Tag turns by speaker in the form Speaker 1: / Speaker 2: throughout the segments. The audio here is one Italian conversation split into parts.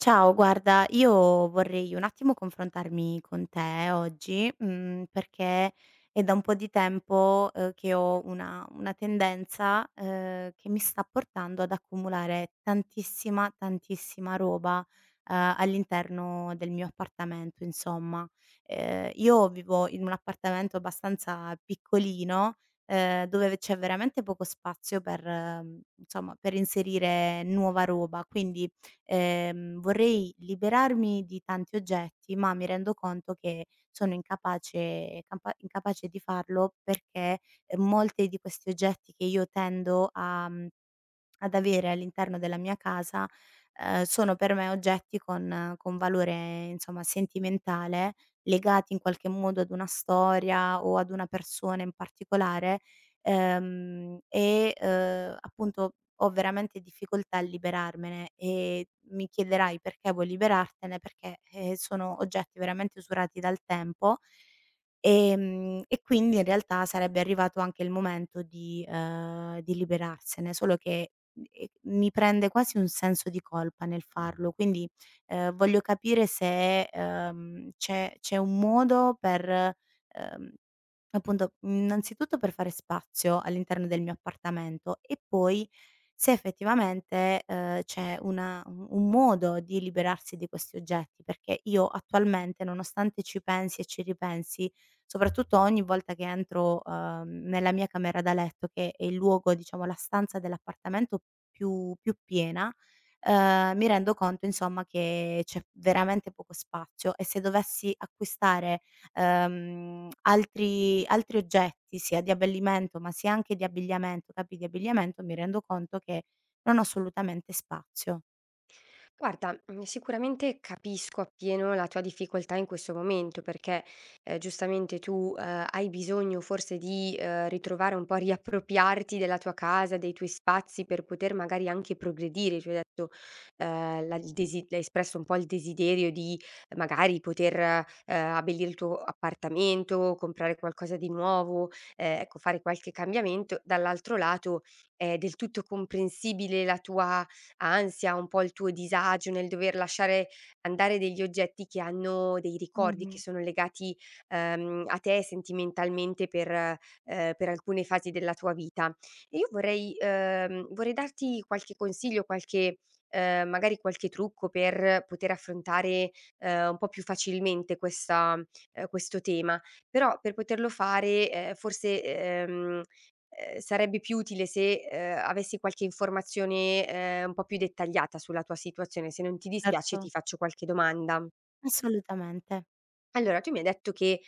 Speaker 1: Ciao, guarda, io vorrei un attimo confrontarmi con te oggi, perché è da un po' di tempo, che ho una tendenza, che mi sta portando ad accumulare tantissima, tantissima roba, all'interno del mio appartamento insomma. Io vivo in un appartamento abbastanza piccolino, dove c'è veramente poco spazio per, insomma per inserire nuova roba, quindi vorrei liberarmi di tanti oggetti, ma mi rendo conto che sono incapace di farlo perché, molti di questi oggetti che io tendo a, mhmm ad avere all'interno della mia casa, sono per me oggetti con valore, insomma, sentimentale, legati in qualche modo ad una storia o ad una persona in particolare, e, appunto ho veramente difficoltà a liberarmene e mi chiederai: "Perché vuoi liberartene?" Perché, sono oggetti veramente usurati dal tempo, e quindi in realtà sarebbe arrivato anche il momento di liberarsene, solo che e mi prende quasi un senso di colpa nel farlo, quindi, voglio capire se, c'è un modo per, appunto, innanzitutto per fare spazio all'interno del mio appartamento e poi se effettivamente, c'è una u un modo di liberarsi di questi oggetti, perché io attualmente, nonostante ci pensi e ci ripensi, soprattutto ogni volta che entro, nella mia camera da letto, che è il luogo diciamo la stanza dell'appartamento più piena, mi rendo conto insomma che c'è veramente poco spazio e se dovessi acquistare, altri oggetti, sia di abbellimento, ma sia anche di abbigliamento, capi di abbigliamento, mi rendo conto che non ho assolutamente spazio.
Speaker 2: Guarda, mhmm, sicuramente capisco appieno la tua difficoltà in questo momento perché, giustamente tu, hai bisogno forse di, ritrovare un po' a riappropriarti della tua casa, dei tuoi spazi per poter magari anche progredire. Tu hai detto, la il desi hai espresso un po' il desiderio di magari poter, abbellire il tuo appartamento, comprare qualcosa di nuovo, ecco fare qualche cambiamento. Dall'altro lato è del tutto comprensibile la tua ansia, un po' il tuo disagio nel dover lasciare andare degli oggetti che hanno dei ricordi, che
Speaker 1: Mh-mh,
Speaker 2: sono legati, a te sentimentalmente per alcune fasi della tua vita. E io vorrei vorrei darti qualche consiglio, qualche magari qualche trucco per poter affrontare, un po' più facilmente questa questo tema. Però per poterlo fare, sarebbe più utile se, avessi qualche informazione, un po' più dettagliata sulla tua situazione. Se non ti dispiace
Speaker 1: certo.
Speaker 2: ti faccio qualche domanda.
Speaker 1: Assolutamente.
Speaker 2: Allora, tu mi hai detto che,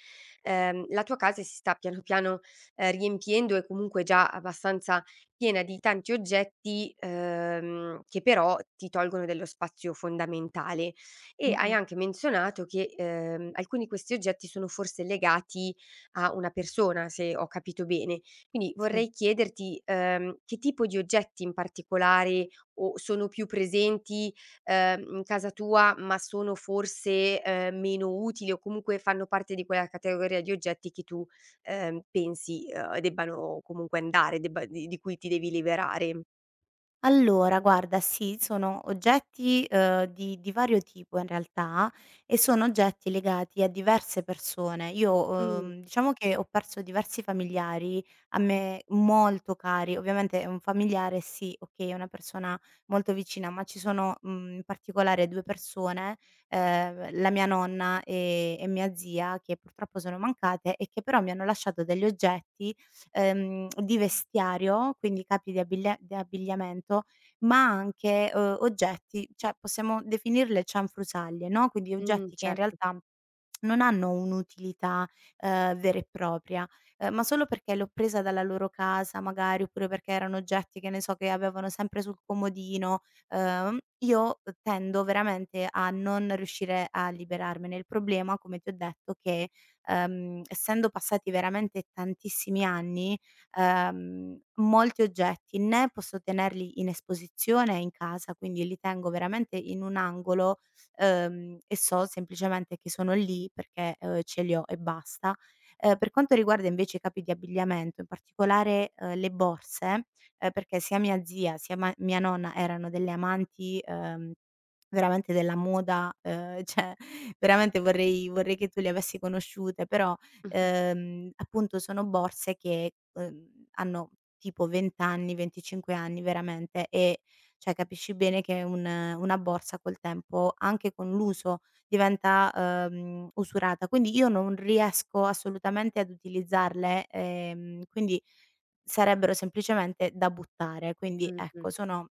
Speaker 2: la tua casa si sta piano piano, riempiendo e comunque già abbastanza piena di tanti oggetti, che però ti tolgono dello spazio fondamentale e hai
Speaker 1: Mh-mh,
Speaker 2: anche menzionato che, alcuni di questi oggetti sono forse legati a una persona, se ho capito bene. Quindi
Speaker 1: sì.
Speaker 2: vorrei chiederti, che tipo di oggetti in particolare o sono più presenti in casa tua, ma sono forse, meno utili o comunque fanno parte di quella categoria di oggetti che tu, pensi, debbano comunque andare, debba di cui ti devi liberare.
Speaker 1: Allora guarda, sì, sono oggetti, di vario tipo in realtà e sono oggetti legati a diverse persone. Io,
Speaker 2: Mh,
Speaker 1: diciamo che ho perso diversi familiari a me molto cari. Ovviamente è un familiare sì, okay, è una persona molto vicina, ma ci sono, in particolare 2 persone, la mia nonna e mia zia, che purtroppo sono mancate e che però mi hanno lasciato degli oggetti di vestiario, quindi capi di abiglia di abbigliamento, ma anche, oggetti, cioè possiamo definirle cianfrusaglie, no, quindi oggetti che in
Speaker 2: certo.
Speaker 1: realtà non hanno un'utilità, vera e propria, ma solo perché l'ho presa dalla loro casa magari, oppure perché erano oggetti, che ne so, che avevano sempre sul comodino, io tendo veramente a non riuscire a liberarmene. Il problema, come ti ho detto, che, essendo passati veramente tantissimi anni, molti oggetti né posso tenerli in esposizione in casa, quindi li tengo veramente in un angolo e so semplicemente che sono lì perché, ce li ho e basta. Per quanto riguarda invece i capi di abbigliamento, in particolare, le borse, perché sia mia zia sia mia nonna erano delle amanti, veramente della moda, cioè veramente vorrei che tu le avessi conosciute, però,
Speaker 2: Mh-mh,
Speaker 1: appunto sono borse che, hanno tipo 20 anni, 25 anni veramente e cioè capisci bene che un una borsa col tempo, anche con l'uso, diventa, usurata. Quindi io non riesco assolutamente ad utilizzarle, quindi sarebbero semplicemente da buttare. Quindi ecco,
Speaker 2: mh-mh.
Speaker 1: sono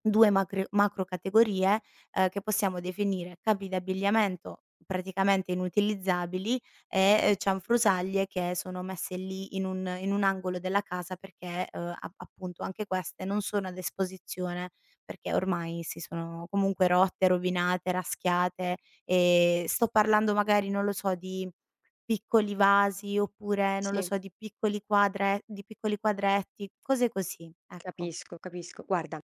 Speaker 1: 2 macre macrocategorie, che possiamo definire capi d'abbigliamento praticamente inutilizzabili e, cianfrusaglie che sono messe lì in un angolo della casa perché, a appunto anche queste non sono ad esposizione, perché ormai si sono comunque rotte, rovinate, raschiate, sto parlando magari, non lo so, di piccoli vasi oppure, non lo
Speaker 2: Sì.
Speaker 1: so, di piccoli quadretti, cose così, ecco.
Speaker 2: Capisco, capisco. Guarda,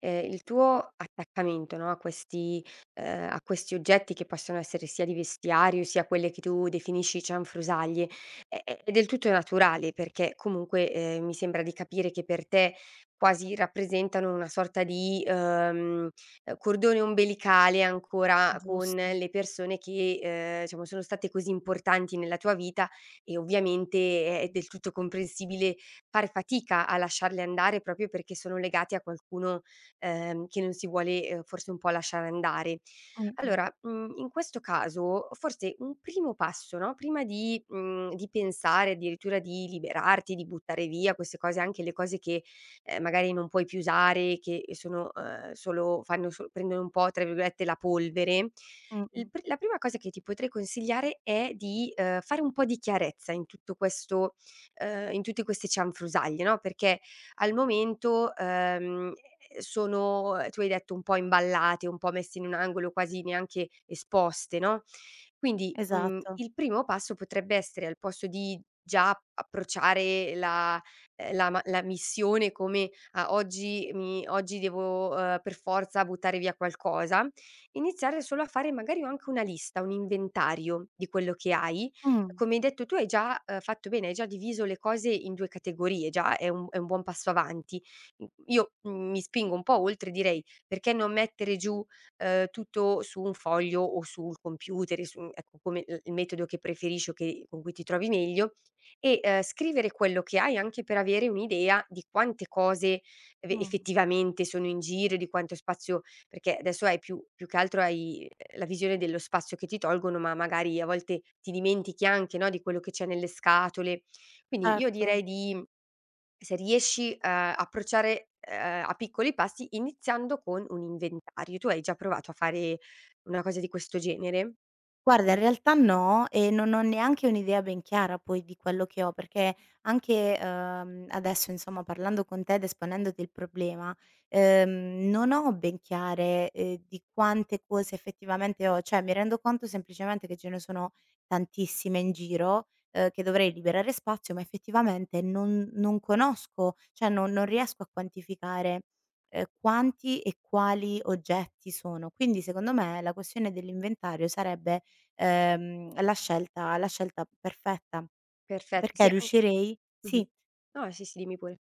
Speaker 2: il tuo attaccamento, no, a questi oggetti che possono essere sia di vestiario, sia quelle che tu definisci cianfrusaglie, è del tutto naturale perché comunque, mi sembra di capire che per te quasi rappresentano una sorta di, cordone ombelicale ancora con
Speaker 1: Giusto.
Speaker 2: le persone che, diciamo sono state così importanti nella tua vita e ovviamente è del tutto comprensibile fare fatica a lasciarle andare proprio perché sono legati a qualcuno, che non si vuole, forse un po' lasciare andare.
Speaker 1: Mh-mh.
Speaker 2: Allora, mhmm, in questo caso forse un primo passo, no, prima di di pensare addirittura di liberarti, di buttare via queste cose, anche le cose che, magari non puoi più usare, che sono, solo fanno so prendono un po' tra virgolette "la polvere", il
Speaker 1: Mh-mh.
Speaker 2: pr la prima cosa che ti potrei consigliare è di, fare un po' di chiarezza in tutto questo in tutti questi cianfrusaglie, no, perché al momento, sono tu hai detto un po' imballate, un po' messe in un angolo, quasi neanche esposte, no, quindi, mhmm,
Speaker 1: Esatto.
Speaker 2: il primo passo potrebbe essere al posto di già approcciare la la missione come: "Ah, oggi devo, per forza buttare via qualcosa", iniziare solo a fare magari o anche una lista, un inventario di quello che hai
Speaker 1: Mh,
Speaker 2: come hai detto tu hai già, fatto bene, hai già diviso le cose in 2 categorie, già è un buon passo avanti. Mhmm, io, mhmm, mi spingo un po' oltre, direi: perché non mettere giù, tutto su un foglio o sul computer e su ecco, come il metodo che preferisci o che con cui ti trovi meglio e, scrivere quello che hai anche per avere un'idea di quante cose eve
Speaker 1: mh,
Speaker 2: effettivamente sono in giro, di quanto spazio perché adesso hai più che altro hai la visione dello spazio che ti tolgono, ma magari a volte ti dimentichi anche, no, di quello che c'è nelle scatole. Quindi io
Speaker 1: certo.
Speaker 2: direi di se riesci, approcciare, a piccoli passi iniziando con un inventario. Tu hai già provato a fare una cosa di questo genere?
Speaker 1: Guarda, in realtà no, e non ho neanche un'idea ben chiara poi di quello che ho, perché anche, adesso insomma parlando con te ed esponendoti il problema, non ho ben chiare, di quante cose effettivamente ho. Cioè, mi rendo conto semplicemente che ce ne sono tantissime in giro, che dovrei liberare spazio, ma effettivamente non conosco, cioè non riesco a quantificare, quanti e quali oggetti sono. Quindi secondo me la questione dell'inventario sarebbe la scelta perfetta,
Speaker 2: Perfetto,
Speaker 1: perché
Speaker 2: sì an
Speaker 1: riuscirei
Speaker 2: Mh-mh.
Speaker 1: sì,
Speaker 2: No, sì, sì, dimmi pure.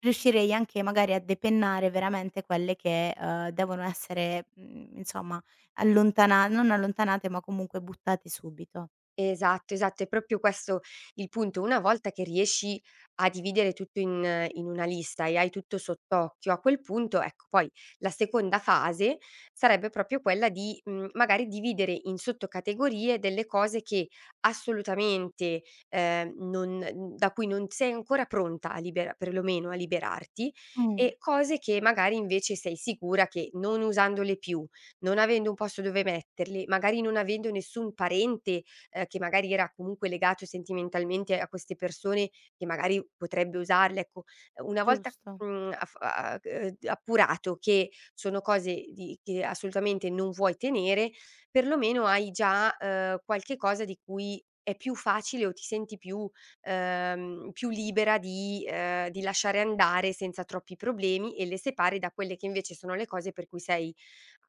Speaker 1: riuscirei anche magari a depennare veramente quelle che, devono essere, insomma allontana non allontanate, ma comunque buttate subito.
Speaker 2: Esatto, esatto, è proprio questo il punto. Una volta che riesci a dividere tutto in una lista e hai tutto sott'occhio, a quel punto, ecco, poi la seconda fase sarebbe proprio quella di, mhmm, magari dividere in sottocategorie delle cose che assolutamente, non n da cui non sei ancora pronta a libera perlomeno a liberarti,
Speaker 1: Mh,
Speaker 2: e cose che magari invece sei sicura che non usandole più, non avendo un posto dove metterle, magari non avendo nessun parente che magari era comunque legato sentimentalmente a queste persone che magari potrebbe usarle, ecco. Una volta,
Speaker 1: giusto.
Speaker 2: mhmm, af a appurato che sono cose di che assolutamente non vuoi tenere, perlomeno hai già, qualche cosa di cui è più facile o ti senti più più libera di lasciare andare senza troppi problemi e le separi da quelle che invece sono le cose per cui sei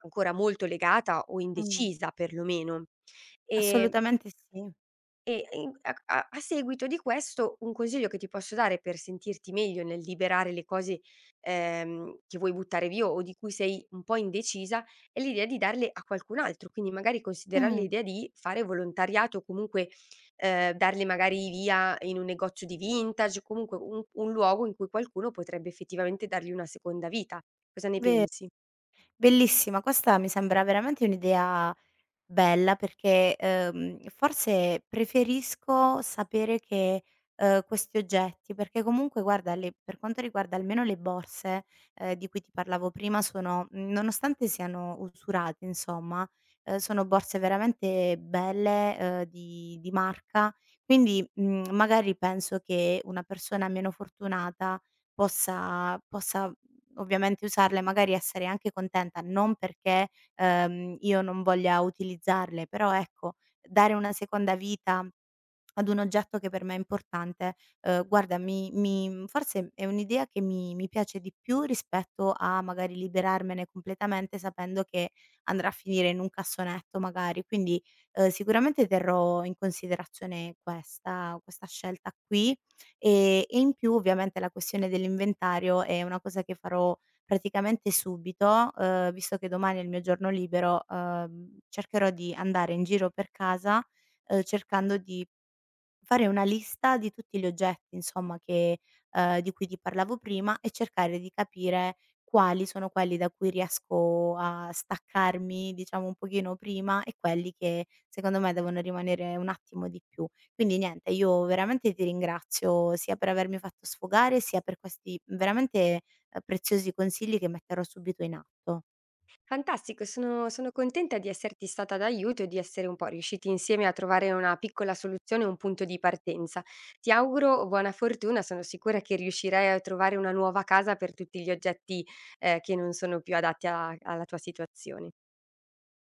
Speaker 2: ancora molto legata o
Speaker 1: Mh,
Speaker 2: indecisa perlomeno. Ehm
Speaker 1: assolutamente sì.
Speaker 2: e in a seguito di questo, un consiglio che ti posso dare per sentirti meglio nel liberare le cose, che vuoi buttare via o di cui sei un po' indecisa, è l'idea di darle a qualcun altro, quindi magari considerare
Speaker 1: Mh,
Speaker 2: l'idea di fare volontariato o comunque, darle magari via in un negozio di vintage o comunque un luogo in cui qualcuno potrebbe effettivamente dargli una seconda vita. Cosa ne
Speaker 1: ve
Speaker 2: pensi?
Speaker 1: bellissima, questa mi sembra veramente un'idea bella perché, forse preferisco sapere che, questi oggetti perché comunque guarda le per quanto riguarda almeno le borse, di cui ti parlavo prima sono nonostante siano usurate insomma, sono borse veramente belle, di marca, quindi, magari penso che una persona meno fortunata possa ovviamente usarle, magari essere anche contenta, non perché io non voglia utilizzarle, però ecco, dare una seconda vita ad un oggetto che per me è importante. Guarda mi forse è un'idea che mi piace di più rispetto a magari liberarmene completamente sapendo che andrà a finire in un cassonetto magari. Quindi, sicuramente terrò in considerazione questa scelta qui, e in più ovviamente la questione dell'inventario è una cosa che farò praticamente subito, visto che domani è il mio giorno libero, cercherò di andare in giro per casa, cercando di fare una lista di tutti gli oggetti insomma che di cui ti parlavo prima e cercare di capire quali sono quelli da cui riesco a staccarmi, diciamo, un pochino prima e quelli che secondo me devono rimanere un attimo di più. Quindi niente, io veramente ti ringrazio sia per avermi fatto sfogare, sia per questi veramente, preziosi consigli che metterò subito in atto.
Speaker 2: Fantastico, sono contenta di esserti stata d'aiuto e di essere un po' riusciti insieme a trovare una piccola soluzione, un punto di partenza. Ti auguro buona fortuna, sono sicura che riuscirai a trovare una nuova casa per tutti gli oggetti, che non sono più adatti a alla tua situazione.